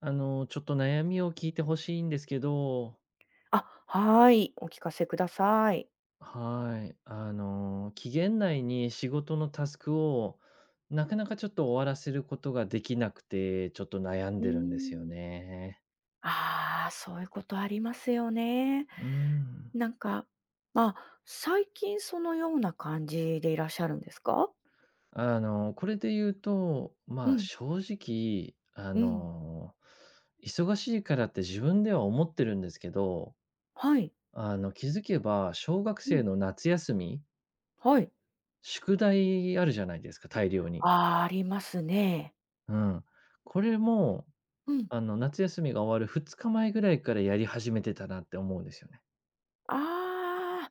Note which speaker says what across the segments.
Speaker 1: ちょっと悩みを聞いてほしいんですけど、
Speaker 2: あ、はい、お聞かせください。
Speaker 1: はい。期限内に仕事のタスクを、なかなかちょっと終わらせることができなくて、ちょっと悩ん
Speaker 2: う
Speaker 1: でるんですよ
Speaker 2: ーん。
Speaker 1: ね。
Speaker 2: ああ、そういうことありますよね。
Speaker 1: うん。
Speaker 2: なんか、まあ、最近そのような感じでいらっしゃるんですか？
Speaker 1: これで言うと、
Speaker 2: う
Speaker 1: まあ、
Speaker 2: ん、
Speaker 1: 正直、
Speaker 2: うん。
Speaker 1: 忙しいからって自分では思ってるんですけど、
Speaker 2: はい。
Speaker 1: 気づけば、小学
Speaker 2: うん。
Speaker 1: 生の夏休み、
Speaker 2: はい。
Speaker 1: 宿題あるじゃないですか、大量に。
Speaker 2: あーありますね。
Speaker 1: うん。これも、
Speaker 2: うん。
Speaker 1: 夏休みが終わる2日前ぐらいからやり始めてたなって思うんですよね。
Speaker 2: ああ、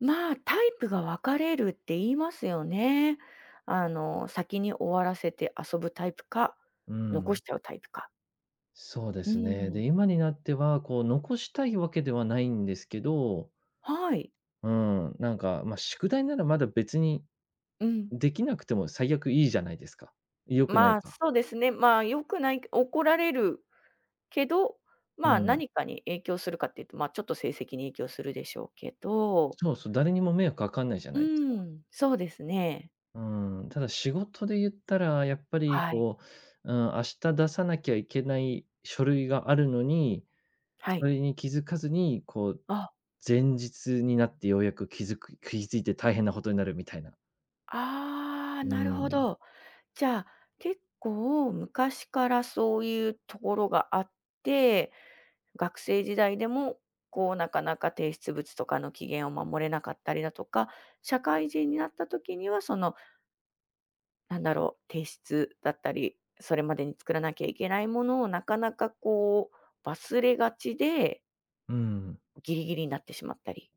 Speaker 2: まあ、タイプが分かれるって言いますよね。あの、先に終わらせて遊ぶタイプか、
Speaker 1: う
Speaker 2: 残
Speaker 1: ん。
Speaker 2: しちゃうタイプか。
Speaker 1: そうで
Speaker 2: う
Speaker 1: すね。
Speaker 2: ん。
Speaker 1: で、今になっては、こう、残したいわけではないんですけど、
Speaker 2: はい。
Speaker 1: うん、なんか、まあ、宿題ならまだ別に
Speaker 2: うん。
Speaker 1: できなくても最悪いいじゃないですか。良くな
Speaker 2: ま
Speaker 1: い
Speaker 2: あ、
Speaker 1: か。
Speaker 2: そうですね。まあ、良くない怒られるけど、
Speaker 1: う
Speaker 2: まあ、
Speaker 1: ん。
Speaker 2: 何かに影響するかっていうと、まあ、ちょっと成績に影響するでしょうけど、
Speaker 1: そうそう、誰にも迷惑かかんないじゃ
Speaker 2: う
Speaker 1: ないですか。
Speaker 2: ん、そうですね。
Speaker 1: うん、ただ仕事で言ったら、やっぱり
Speaker 2: はい。
Speaker 1: こう、うん、明日出さなきゃいけない書類があるのに、
Speaker 2: は
Speaker 1: そ
Speaker 2: い。
Speaker 1: れに気づかずに、こう、
Speaker 2: あ、
Speaker 1: 前日になってようやく気づいて大変なことになるみたいな。
Speaker 2: ああ
Speaker 1: う
Speaker 2: なるほ
Speaker 1: ん。
Speaker 2: ど。じゃあ、結構昔からそういうところがあって、学生時代でも、こう、なかなか提出物とかの期限を守れなかったりだとか、社会人になった時には、そのなんだろう、提出だったり、それまでに作らなきゃいけないものをなかなかこう、忘れがちで、
Speaker 1: うん。
Speaker 2: ギリギリになってしまったり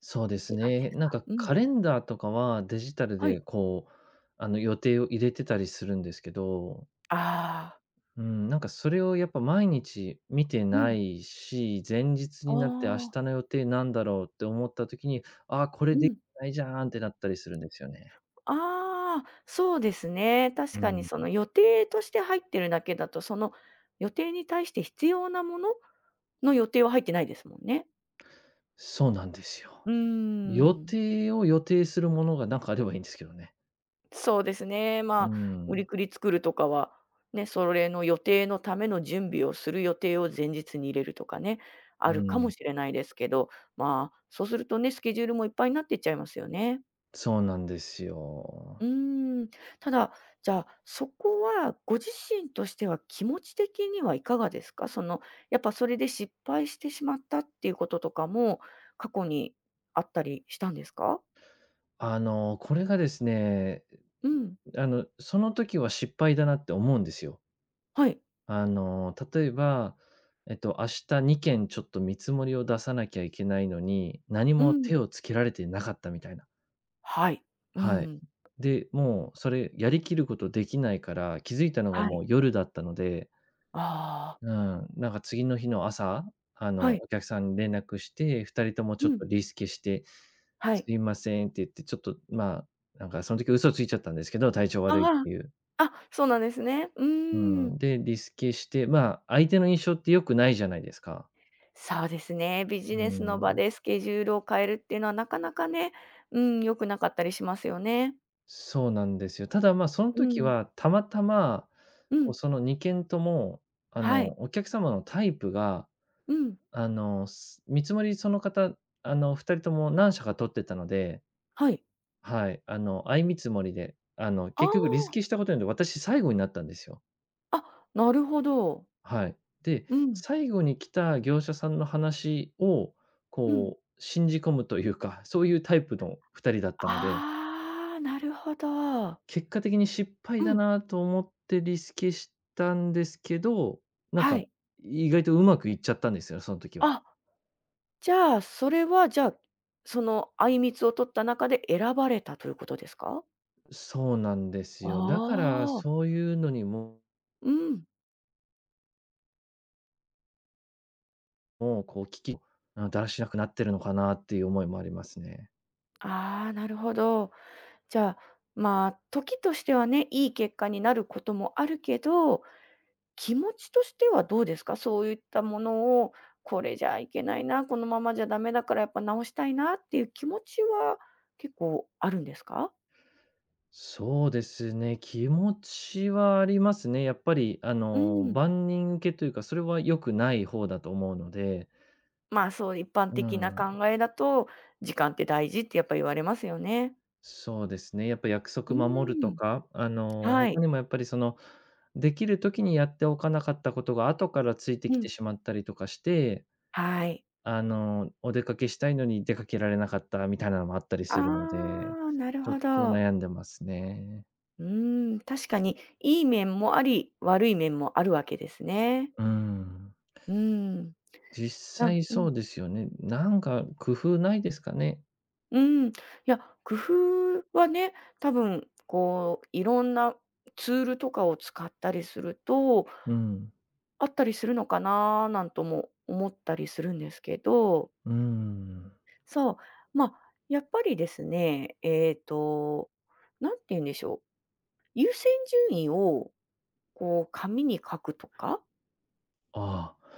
Speaker 1: そ
Speaker 2: っ
Speaker 1: うで
Speaker 2: て
Speaker 1: す
Speaker 2: いう感じ
Speaker 1: ね。
Speaker 2: です
Speaker 1: なん
Speaker 2: か？
Speaker 1: か
Speaker 2: うん。
Speaker 1: カレンダーとかはデジタル
Speaker 2: はい。
Speaker 1: でこう、予定を入れてたりするんですけど、
Speaker 2: ああ、
Speaker 1: うん、なんかそれをやっぱ毎日見て
Speaker 2: う
Speaker 1: な
Speaker 2: ん。
Speaker 1: いし、前日
Speaker 2: あ
Speaker 1: になって明
Speaker 2: あ、
Speaker 1: 日の予定なんだろうって思った時に、ああ、こ
Speaker 2: う
Speaker 1: れでき
Speaker 2: ん。
Speaker 1: てないじゃんってなったりするんですよね。
Speaker 2: ああ、そうですね。
Speaker 1: う
Speaker 2: 確かに
Speaker 1: ん。
Speaker 2: その予定として入ってるだけだと、その予定に対して必要なものの予定は入ってないですもんね。
Speaker 1: そうなんですよ。
Speaker 2: うー
Speaker 1: 予
Speaker 2: ん。
Speaker 1: 定を予定するものがなんかあればいいんですけどね。
Speaker 2: そうですね。
Speaker 1: う
Speaker 2: まあ、売り
Speaker 1: ん、
Speaker 2: くり作るとかは、ね、それの予定のための準備をする予定を前日に入れるとかね、あ
Speaker 1: う
Speaker 2: るかも
Speaker 1: ん。
Speaker 2: しれないですけど、まあ、そうするとね、スケジュールもいっぱいになっていっちゃいますよね。
Speaker 1: そうなんです
Speaker 2: う
Speaker 1: よ。
Speaker 2: ーん。ただ、じゃあ、そこはご自身としては気持ち的にはいかがですかその、やっぱそれで失敗してしまったっていうこととかも過去にあったりしたんですか。
Speaker 1: これがですね、
Speaker 2: うん。
Speaker 1: その時は失敗だなって思うんですよ。
Speaker 2: はい。
Speaker 1: 例えば、明日2件ちょっと見積もりを出さなきゃいけないのに、何
Speaker 2: う
Speaker 1: も
Speaker 2: ん。
Speaker 1: 手をつけられてなかったみたいな。
Speaker 2: はい。う
Speaker 1: はい。
Speaker 2: ん。
Speaker 1: で、もうそれやりきることできないから、気づいたのが
Speaker 2: は
Speaker 1: も
Speaker 2: い。
Speaker 1: う夜だったので、
Speaker 2: ああ、
Speaker 1: うん、なんか次の日の朝、
Speaker 2: はい。
Speaker 1: お客さんに連絡して、2人とも
Speaker 2: う
Speaker 1: ちょっ
Speaker 2: ん。
Speaker 1: とリスケして、
Speaker 2: は
Speaker 1: す
Speaker 2: い。
Speaker 1: いませんって言って、ちょっと、まあ、なんかその時嘘ついちゃったんですけど、体調悪いっ
Speaker 2: あ
Speaker 1: ていう。
Speaker 2: あ、あ、そうなんですね。う
Speaker 1: う
Speaker 2: ーん。
Speaker 1: ん、で、リスケして、まあ、相手の印象って良くないじゃないですか。
Speaker 2: そうですね、ビジ
Speaker 1: う
Speaker 2: ネスの場
Speaker 1: ん、
Speaker 2: でスケジュールを変えるっていうのはなかなかね、うん、良くなかったりしますよね。
Speaker 1: そうなんですよ。ただ、まあ、その
Speaker 2: う
Speaker 1: 時
Speaker 2: ん。
Speaker 1: はたまたま、
Speaker 2: う
Speaker 1: こう、
Speaker 2: ん。
Speaker 1: その2件とも、
Speaker 2: はい。
Speaker 1: お客様のタイプが、
Speaker 2: うん。
Speaker 1: 見積もりその方、2人とも何社か取ってたので、
Speaker 2: はい。
Speaker 1: はい、相見積もりで、
Speaker 2: あ
Speaker 1: 結局リス
Speaker 2: あ、
Speaker 1: ケしたことによって私最後になったんですよ。
Speaker 2: あ、なるほど。
Speaker 1: はい。で、
Speaker 2: うん。
Speaker 1: 最後に来た業者さんの話を、
Speaker 2: うん。
Speaker 1: こう、信じ込むというか、そういうタイプの2人だったので、
Speaker 2: ああ、なるほど。
Speaker 1: 結果的に失敗
Speaker 2: う
Speaker 1: だ
Speaker 2: ん。
Speaker 1: なと思ってリスケしたんですけど、なん
Speaker 2: は
Speaker 1: か、
Speaker 2: い。
Speaker 1: 意外とうまくいっちゃったんですよ、その時は。
Speaker 2: あ、じゃあ、それは、じゃあ、そのあいみつを取った中で選ばれたということですか？
Speaker 1: そうなんで
Speaker 2: あ
Speaker 1: すよ。だから、
Speaker 2: あー。
Speaker 1: そういうのにも、
Speaker 2: うん。
Speaker 1: もうこう危機、うだらしなくなってるのかなっていう思いもありますね。
Speaker 2: ああ、なるほど。じゃあ、まあ、時としてはね、いい結果になることもあるけど、気持ちとしてはどうですか？そういったものを、これじゃいけないな、このままじゃダメだからやっぱ直したいなっていう気持ちは結構あるんですか？
Speaker 1: そうですね、気持ちはありますね。やっぱり、
Speaker 2: うん。
Speaker 1: 万人受けというか、それは良くない方だと思うので、
Speaker 2: まあ、そう、一般
Speaker 1: う
Speaker 2: 的な
Speaker 1: ん、
Speaker 2: 考えだと、時間って大事ってやっぱ言われますよね。
Speaker 1: そうですね。やっぱ約
Speaker 2: う
Speaker 1: 束守ると
Speaker 2: ん、
Speaker 1: か、
Speaker 2: は
Speaker 1: 他
Speaker 2: い。
Speaker 1: にもやっぱりその、できる時にやっておかなかったことが後からついて
Speaker 2: う
Speaker 1: き
Speaker 2: ん、
Speaker 1: てしまったりとかして、
Speaker 2: はい。
Speaker 1: お出かけしたいのに出かけられなかったみたいなのもあったり
Speaker 2: あ
Speaker 1: するので、
Speaker 2: あ、なる
Speaker 1: ちょっ
Speaker 2: ほ
Speaker 1: と
Speaker 2: ど。
Speaker 1: 悩んでますね。
Speaker 2: うーん、確かに、いい面もあり、悪い面もあるわけですね。
Speaker 1: うん。
Speaker 2: うーん。
Speaker 1: 実
Speaker 2: なん
Speaker 1: 際
Speaker 2: うん、
Speaker 1: そうですよね。なんか工夫ないですかね？
Speaker 2: うーん。いや、工夫はね、多分こう、いろんなツールとかを使ったりすると、
Speaker 1: うん。
Speaker 2: あったりするのかな、なんとも思ったりするんですけど、
Speaker 1: うん。
Speaker 2: そう、まあ、やっぱりですね、なんて言うんでしょう、優先順位をこう紙に書くとか、
Speaker 1: ああ、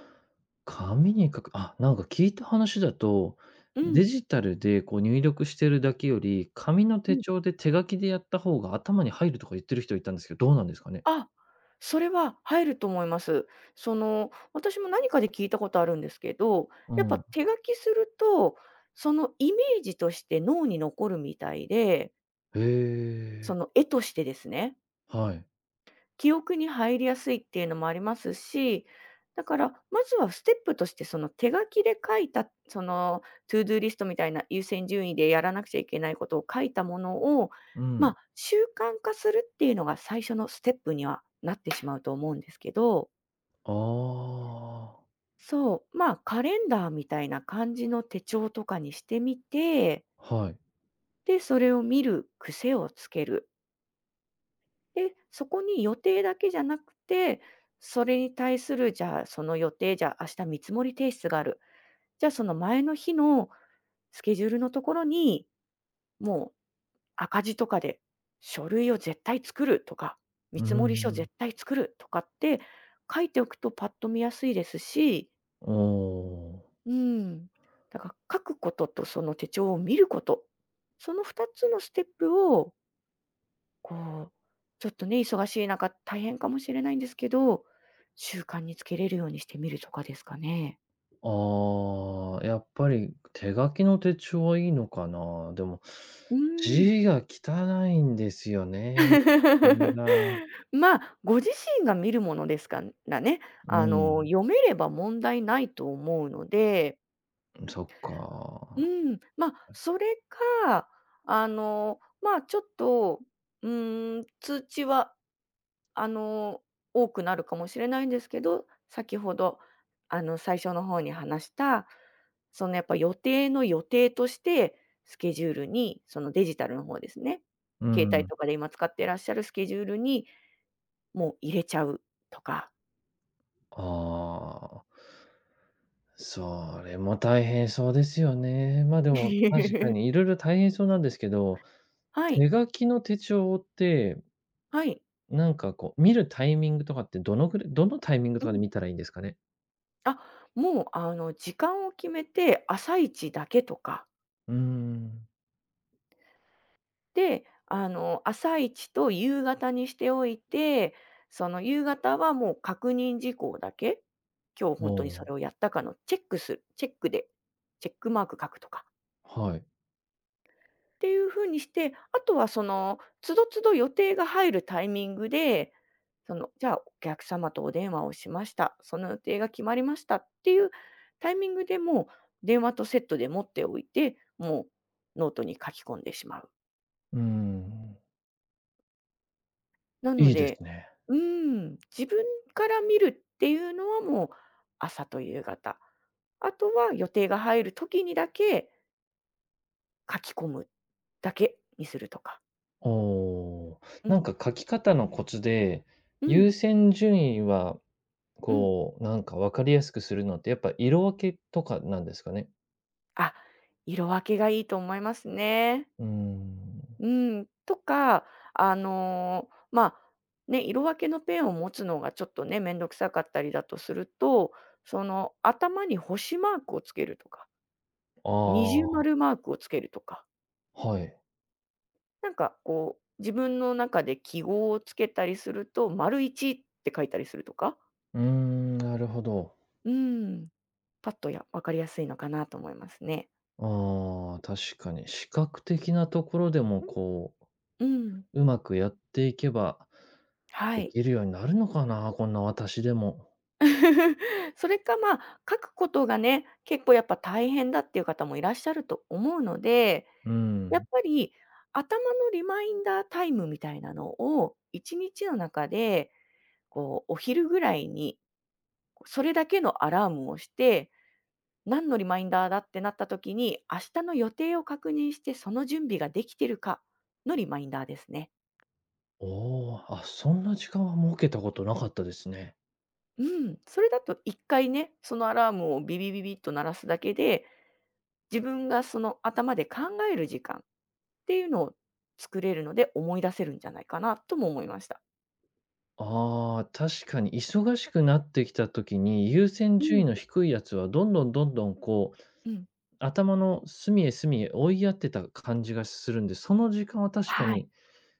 Speaker 1: 紙に書く。あ、なんか聞いた話だと、
Speaker 2: う
Speaker 1: デ
Speaker 2: ん。
Speaker 1: ジタルでこう入力してるだけより、紙の
Speaker 2: う
Speaker 1: 手
Speaker 2: ん。
Speaker 1: 帳で手書きでやった方が頭に入るとか言ってる人いたんですけど、どうなんですかね？
Speaker 2: あ、それは入ると思います。その、私も何かで聞いたことあるんですけど、
Speaker 1: う
Speaker 2: やっぱ
Speaker 1: ん。
Speaker 2: 手書きすると、そのイメージとして脳に残るみたいで、
Speaker 1: へ
Speaker 2: そ
Speaker 1: え、
Speaker 2: の絵としてですね、
Speaker 1: はい。
Speaker 2: 記憶に入りやすいっていうのもありますし、だからまずはステップとしてその手書きで書いた、その To do リストみたいな優先順位でやらなくちゃいけないことを書いたものを、
Speaker 1: う
Speaker 2: ま
Speaker 1: ん。
Speaker 2: あ、習慣化するっていうのが最初のステップにはなってしまうと思うんですけど。
Speaker 1: ああ、
Speaker 2: そう、まあ、カレンダーみたいな感じの手帳とかにしてみて、
Speaker 1: はい。
Speaker 2: で、それを見る癖をつける。で、そこに予定だけじゃなくて、それに対する、じゃあ、その予定、じゃあ、明日見積もり提出がある。じゃあ、その前の日のスケジュールのところに、もう赤字とかで、書類を絶対作るとか、見
Speaker 1: う
Speaker 2: 積もり書
Speaker 1: ん。
Speaker 2: 絶対作るとかって書いておくとパッと見やすいですし、
Speaker 1: おお。
Speaker 2: うん。だから書くこととその手帳を見ること、その2つのステップを、こう、ちょっとね、忙しい中大変かもしれないんですけど、習慣につけれるようにしてみるとかですかね。
Speaker 1: ああ、やっぱり手書きの手帳はいいのかな。でも、
Speaker 2: うーん。
Speaker 1: 字が汚いんですよね。これ が。
Speaker 2: まあ、ご自身が見るものですから、ね、
Speaker 1: う
Speaker 2: あの、
Speaker 1: ん、
Speaker 2: 読めれば問題ないと思うので、
Speaker 1: そっ
Speaker 2: う
Speaker 1: か。
Speaker 2: ん、まあ、それか、あの、まあ、ちょっと、うーん、通知はあの、多くなるかもしれないんですけど、先ほど、あの、最初の方に話した、そのやっぱ予定の予定として、スケジュールに、そのデジタルの方ですね、
Speaker 1: う
Speaker 2: 携帯
Speaker 1: ん。
Speaker 2: とかで今使ってらっしゃるスケジュールに、もう入れちゃうとか。
Speaker 1: ああ、それも大変そうですよね。ま、あでも確か にいろいろ大変そうなんですけど、
Speaker 2: はい、
Speaker 1: 手書きの手帳って、
Speaker 2: はい。
Speaker 1: なんかこう見るタイミングとかってどのぐらいどのタイミング
Speaker 2: う
Speaker 1: とかで
Speaker 2: ん。
Speaker 1: 見たらいいんですかね？
Speaker 2: あ、もうあの時間を決めて、朝一だけとか。
Speaker 1: うーん。
Speaker 2: で、あの、朝一と夕方にしておいて、その夕方はもう確認事項だけ、今日
Speaker 1: あ
Speaker 2: 本当にそ
Speaker 1: あ、
Speaker 2: れをやったかのチェックで、チェックマーク書くとか
Speaker 1: はい。
Speaker 2: っていう風にして、あとはその都度都度予定が入るタイミングで、その、じゃあお客様とお電話をしました、その予定が決まりましたっていうタイミングでもう電話とセットで持っておいて、もうノートに書き込んでしまう。
Speaker 1: うーん。
Speaker 2: なの
Speaker 1: いいで
Speaker 2: で、
Speaker 1: すね。
Speaker 2: うん、自分から見るっていうのはもう朝と夕方。あとは予定が入る時にだけ書き込むだけにするとか。
Speaker 1: おお。
Speaker 2: う
Speaker 1: なん
Speaker 2: ん、
Speaker 1: か書き方のコツで、
Speaker 2: う
Speaker 1: 優
Speaker 2: ん、
Speaker 1: 先順位は、
Speaker 2: うん。
Speaker 1: こう、なんか分かりやすくするのって、やっぱ色分けとかなんですかね？
Speaker 2: あ、色分けがいいと思いますね。
Speaker 1: うーん。
Speaker 2: うん、とか、あの、まあ、ね、色分けのペンを持つのがちょっとね、面倒くさかったりだとすると、その頭に星マークをつけるとか、二重
Speaker 1: あ
Speaker 2: 丸
Speaker 1: あ、
Speaker 2: マークをつけるとか。
Speaker 1: はい。
Speaker 2: なんかこう、自分の中で記号をつけたりすると、丸一って書いたりするとか、
Speaker 1: うーん、なるほど。
Speaker 2: うん、パッと分かりやすいのかなと思いますね。
Speaker 1: ああ、確かに視覚的なところでも、こう、
Speaker 2: うん、
Speaker 1: うまくやっていけば
Speaker 2: は
Speaker 1: で
Speaker 2: い。
Speaker 1: きるようになるのかな、こんな私でも。
Speaker 2: それか、まあ、書くことがね、結構やっぱ大変だっていう方もいらっしゃると思うので、
Speaker 1: う
Speaker 2: やっ
Speaker 1: ん。
Speaker 2: ぱり頭のリマインダータイムみたいなのを、1日の中で、こう、お昼ぐらいに、それだけのアラームをして何のリマインダーだってなった時に、明日の予定を確認してその準備ができてるかのリマインダーですね。
Speaker 1: おお、あ、そんな時間は設けたことなかったですね。
Speaker 2: うん、それだと一回ね、そのアラームをビビビビッと鳴らすだけで、自分がその頭で考える時間っていうのを作れるので、思い出せるんじゃないかなとも思いました。
Speaker 1: ああ、確かに忙しくなってきた時に、優先
Speaker 2: う
Speaker 1: 順
Speaker 2: ん、
Speaker 1: 位の低いやつはどんどんこう、
Speaker 2: うん、
Speaker 1: 頭の隅へ追いやってた感じがするんで、その時間は確か
Speaker 2: は
Speaker 1: に
Speaker 2: い、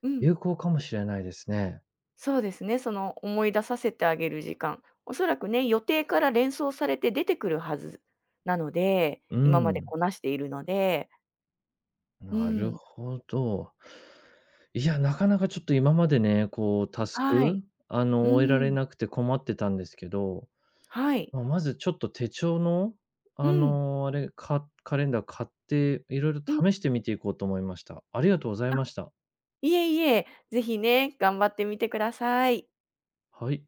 Speaker 2: うん、
Speaker 1: 有効かもしれないですね。
Speaker 2: そうですね、その思い出させてあげる時間、おそらくね、予定から連想されて出てくるはずなので、
Speaker 1: う
Speaker 2: 今まで
Speaker 1: ん、
Speaker 2: こなしているのでう
Speaker 1: なる
Speaker 2: ん。
Speaker 1: ほど。いや、なかなかちょっと今までね、こうタス
Speaker 2: はい。
Speaker 1: ク、
Speaker 2: う
Speaker 1: 終えられ
Speaker 2: ん。
Speaker 1: なくて困ってたんですけど、
Speaker 2: はい。
Speaker 1: まあ、まずちょっと手帳の、
Speaker 2: う
Speaker 1: あ
Speaker 2: ん。
Speaker 1: の、あれ、カカレンダー買って、いろいろ
Speaker 2: うん。
Speaker 1: 試してみていこうと思いました。ありがとうござい
Speaker 2: あ、
Speaker 1: ました。
Speaker 2: いえいえ、ぜひね、頑張ってみてください。
Speaker 1: はい。